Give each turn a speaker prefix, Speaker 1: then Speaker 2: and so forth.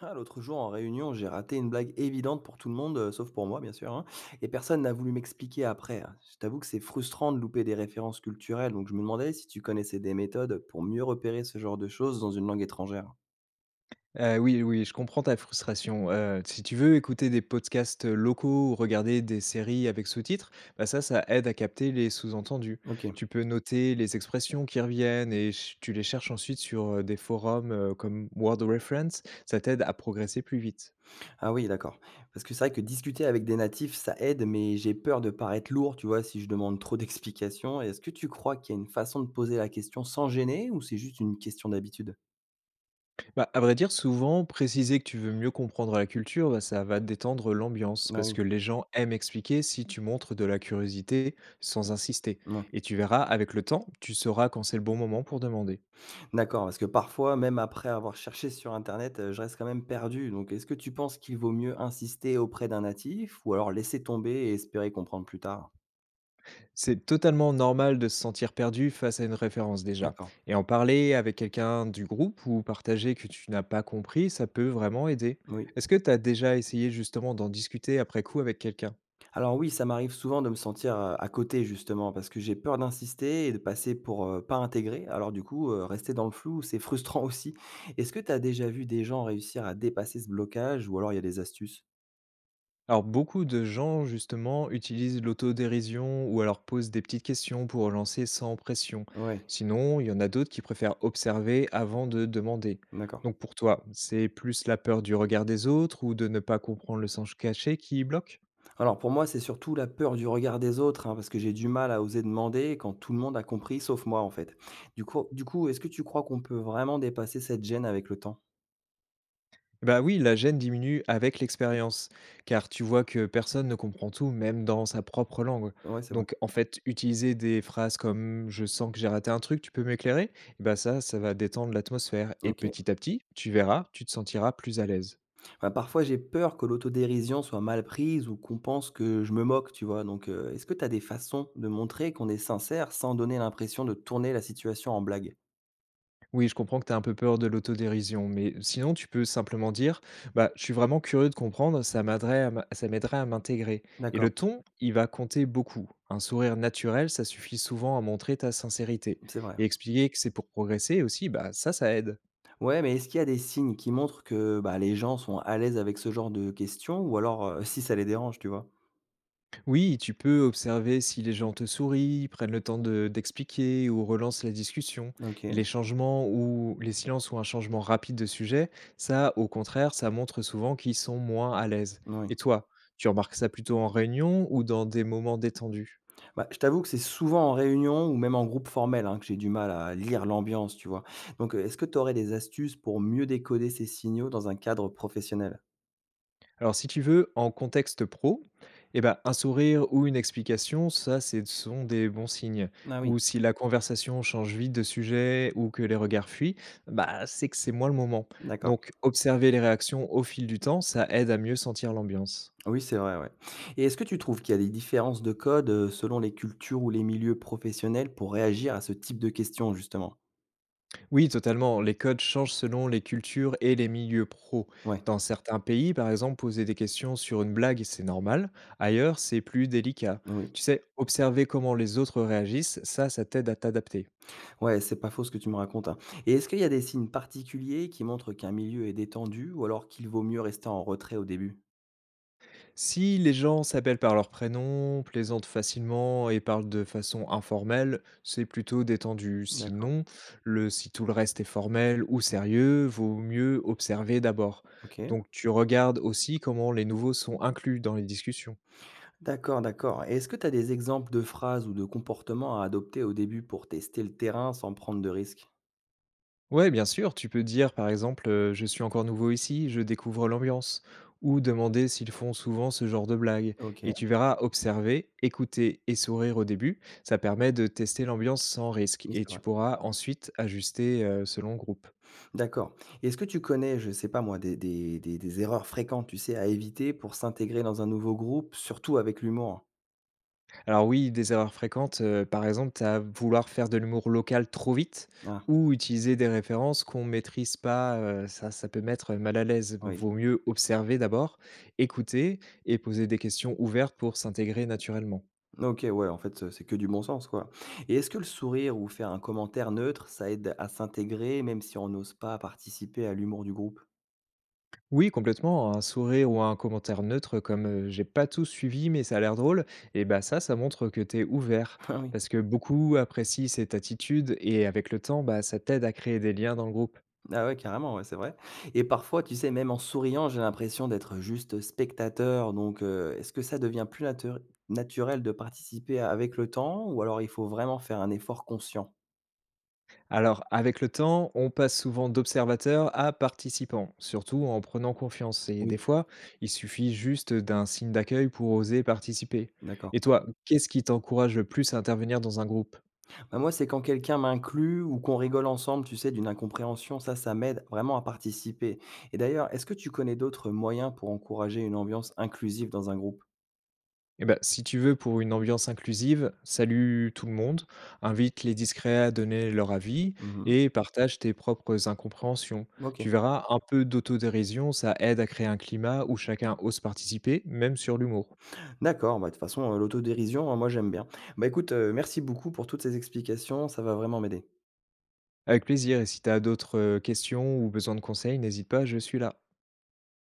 Speaker 1: Ah, l'autre jour en réunion, j'ai raté une blague évidente pour tout le monde, sauf pour moi bien sûr, hein, et personne n'a voulu m'expliquer après. Hein. Je t'avoue que c'est frustrant de louper des références culturelles, donc je me demandais si tu connaissais des méthodes pour mieux repérer ce genre de choses dans une langue étrangère.
Speaker 2: Oui, oui, je comprends ta frustration. Si tu veux écouter des podcasts, locaux ou regarder des séries avec sous-titres, bah, ça aide à capter les sous-entendus. Tu
Speaker 1: Ok.
Speaker 2: peux noter les expressions qui reviennent et ch tu les cherches ensuite sur, des forums, comme Word Reference, ça t'aide à progresser plus vite.
Speaker 1: Ah oui, d'accord. Parce que c'est vrai que discuter avec des natifs, ça aide, mais j'ai peur de paraître lourd, tu vois, si je demande trop d'explications. Est-ce que tu crois qu'il y a une façon de poser la question sans gêner, ou c'est juste une question d'habitude?
Speaker 2: Bah, à vrai dire, souvent, préciser que tu veux mieux comprendre la culture, bah, ça va détendre l'ambiance
Speaker 1: Ah
Speaker 2: parce
Speaker 1: oui.
Speaker 2: que les gens aiment expliquer si tu montres de la curiosité sans insister,
Speaker 1: Ouais.
Speaker 2: et tu verras avec le temps, tu sauras quand c'est le bon moment pour demander.
Speaker 1: D'accord, parce que parfois, même après avoir cherché sur internet, je reste quand même perdu. Donc est-ce que tu penses qu'il vaut mieux insister auprès d'un natif ou alors laisser tomber et espérer comprendre plus tard?
Speaker 2: C'est totalement normal de se sentir perdu face à une référence déjà.
Speaker 1: D'accord,
Speaker 2: Et en parler avec quelqu'un du groupe ou partager que tu n'as pas compris, ça peut vraiment aider.
Speaker 1: oui.
Speaker 2: Est-ce que tu as déjà essayé justement d'en discuter après coup avec quelqu'un?
Speaker 1: Alors oui, ça m'arrive souvent de me sentir, à côté justement parce que j'ai peur d'insister et de passer pour, pas intégré. Alors du coup, rester dans le flou, c'est frustrant aussi. Est-ce que tu as déjà vu des gens réussir à dépasser ce blocage ou alors il y a des astuces?
Speaker 2: Alors beaucoup de gens justement utilisent l'autodérision ou alors posent des petites questions pour relancer sans pression.
Speaker 1: Ouais,
Speaker 2: Sinon, il y en a d'autres qui préfèrent observer avant de demander.
Speaker 1: d'accord.
Speaker 2: Donc pour toi, c'est plus la peur du regard des autres ou de ne pas comprendre le sens caché qui bloque?
Speaker 1: Alors pour moi, c'est surtout la peur du regard des autres, hein, parce que j'ai du mal à oser demander quand tout le monde a compris, sauf moi en fait. Du coup est-ce que tu crois qu'on peut vraiment dépasser cette gêne avec le temps?
Speaker 2: Bah oui, la gêne diminue avec l'expérience, car tu vois que personne ne comprend tout, même dans sa propre langue.
Speaker 1: Ouais, c'est vrai.
Speaker 2: Donc en fait, utiliser des phrases comme «je sens que j'ai raté un truc, tu peux m'éclairer?». Bah ça, ça va détendre l'atmosphère et
Speaker 1: OK.
Speaker 2: petit à petit, tu verras, tu te sentiras plus à l'aise.
Speaker 1: Bah, parfois, j'ai peur que l'autodérision soit mal prise ou qu'on pense que je me moque, tu vois. Donc, est-ce que tu as des façons de montrer qu'on est sincère sans donner l'impression de tourner la situation en blague?
Speaker 2: Oui, je comprends que tu as un peu peur de l'autodérision, mais sinon tu peux simplement dire, bah, je suis vraiment curieux de comprendre, ça m'aiderait à m'intégrer. Et le
Speaker 1: D'accord,
Speaker 2: ton, il va compter beaucoup. Un sourire naturel, ça suffit souvent à montrer ta sincérité.
Speaker 1: c'est vrai.
Speaker 2: Et expliquer que c'est pour progresser aussi, bah, ça aide.
Speaker 1: Ouais, mais est-ce qu'il y a des signes qui montrent que bah, les gens sont à l'aise avec ce genre de questions ou alors si ça les dérange, tu vois?
Speaker 2: Oui, tu peux observer si les gens te sourient, prennent le temps d'expliquer ou relancent la discussion. Et
Speaker 1: Ok,
Speaker 2: les changements ou les silences ou un changement rapide de sujet, ça, au contraire, ça montre souvent qu'ils sont moins à l'aise.
Speaker 1: oui.
Speaker 2: Et toi, tu remarques ça plutôt en réunion ou dans des moments détendus?
Speaker 1: Bah, je t'avoue que c'est souvent en réunion ou même en groupe formel, hein, que j'ai du mal à lire l'ambiance, tu vois? Donc, est-ce que tu aurais des astuces pour mieux décoder ces signaux dans un cadre professionnel?
Speaker 2: Alors, si tu veux, en contexte pro, eh ben, un sourire ou une explication, ça, ce sont des bons signes.
Speaker 1: Ah oui,
Speaker 2: Ou si la conversation change vite de sujet ou que les regards fuient, bah, c'est que c'est moins le moment.
Speaker 1: d'accord.
Speaker 2: Donc, observer les réactions au fil du temps, ça aide à mieux sentir l'ambiance.
Speaker 1: Oui, c'est vrai, ouais. Et est-ce que tu trouves qu'il y a des différences de code, selon les cultures ou les milieux professionnels pour réagir à ce type de questions, justement?
Speaker 2: Oui, totalement. Les codes changent selon les cultures et les milieux pro.
Speaker 1: Ouais,
Speaker 2: Dans certains pays, par exemple, poser des questions sur une blague, c'est normal. Ailleurs, c'est plus délicat.
Speaker 1: oui.
Speaker 2: Tu sais, observer comment les autres réagissent, ça t'aide à t'adapter.
Speaker 1: Ouais, c'est pas faux ce que tu me racontes, hein. Et est-ce qu'il y a des signes particuliers qui montrent qu'un milieu est détendu ou alors qu'il vaut mieux rester en retrait au début?
Speaker 2: Si les gens s'appellent par leur prénom, plaisantent facilement et parlent de façon informelle, c'est plutôt détendu.
Speaker 1: D'accord,
Speaker 2: Sinon, si tout le reste est formel ou sérieux, vaut mieux observer d'abord.
Speaker 1: OK.
Speaker 2: Donc tu regardes aussi comment les nouveaux sont inclus dans les discussions.
Speaker 1: D'accord, d'accord. Et est-ce que tu as des exemples de phrases ou de comportements à adopter au début pour tester le terrain sans prendre de risques?
Speaker 2: Ouais, bien sûr, tu peux dire par exemple, «Je suis encore nouveau ici, je découvre l'ambiance» ou demander s'ils font souvent ce genre de blagues,
Speaker 1: OK,
Speaker 2: et tu verras, observer, écouter et sourire au début, ça permet de tester l'ambiance sans risque
Speaker 1: oui,
Speaker 2: et
Speaker 1: c'est
Speaker 2: tu
Speaker 1: vrai.
Speaker 2: pourras ensuite ajuster, selon le groupe.
Speaker 1: D'accord. Et est-ce que tu connais, je sais pas moi, des erreurs fréquentes, tu sais, à éviter pour s'intégrer dans un nouveau groupe, surtout avec l'humour?
Speaker 2: Alors oui, des erreurs fréquentes, par exemple, à vouloir faire de l'humour local trop vite
Speaker 1: Ah,
Speaker 2: ou utiliser des références qu'on maîtrise pas, ça peut mettre mal à l'aise.
Speaker 1: oui.
Speaker 2: Vaut mieux observer d'abord, écouter et poser des questions ouvertes pour s'intégrer naturellement.
Speaker 1: OK, ouais, en fait, c'est que du bon sens, quoi. Et est-ce que le sourire ou faire un commentaire neutre, ça aide à s'intégrer, même si on n'ose pas participer à l'humour du groupe?
Speaker 2: Oui, complètement, un sourire ou un commentaire neutre comme, «J'ai pas tout suivi mais ça a l'air drôle», et bah, ça montre que t'es ouvert
Speaker 1: Ah oui.
Speaker 2: parce que beaucoup apprécient cette attitude et avec le temps, bah, ça t'aide à créer des liens dans le groupe.
Speaker 1: Ah ouais, carrément, ouais, c'est vrai et parfois, tu sais, même en souriant, j'ai l'impression d'être juste spectateur donc est-ce que ça devient plus naturel de participer à- avec le temps ou alors il faut vraiment faire un effort conscient?
Speaker 2: Alors, avec le temps, on passe souvent d'observateur à participant, surtout en prenant confiance. Et des
Speaker 1: Oui,
Speaker 2: fois, il suffit juste d'un signe d'accueil pour oser participer.
Speaker 1: d'accord.
Speaker 2: Et toi, qu'est-ce qui t'encourage le plus à intervenir dans un groupe?
Speaker 1: Bah, moi, c'est quand quelqu'un m'inclut ou qu'on rigole ensemble, tu sais, d'une incompréhension, ça m'aide vraiment à participer et d'ailleurs, est-ce que tu connais d'autres moyens pour encourager une ambiance inclusive dans un groupe?
Speaker 2: Eh ben, si tu veux, pour une ambiance inclusive, salue tout le monde, invite les discrets à donner leur avis
Speaker 1: Mmh mh.
Speaker 2: et partage tes propres incompréhensions.
Speaker 1: OK.
Speaker 2: Tu verras, un peu d'autodérision, ça aide à créer un climat où chacun ose participer, même sur l'humour.
Speaker 1: D'accord, bah, de toute façon, l'autodérision, hein, moi j'aime bien. Bah, écoute, merci beaucoup pour toutes ces explications, ça va vraiment m'aider.
Speaker 2: Avec plaisir, et si tu as d'autres, questions ou besoin de conseils, n'hésite pas, je suis là.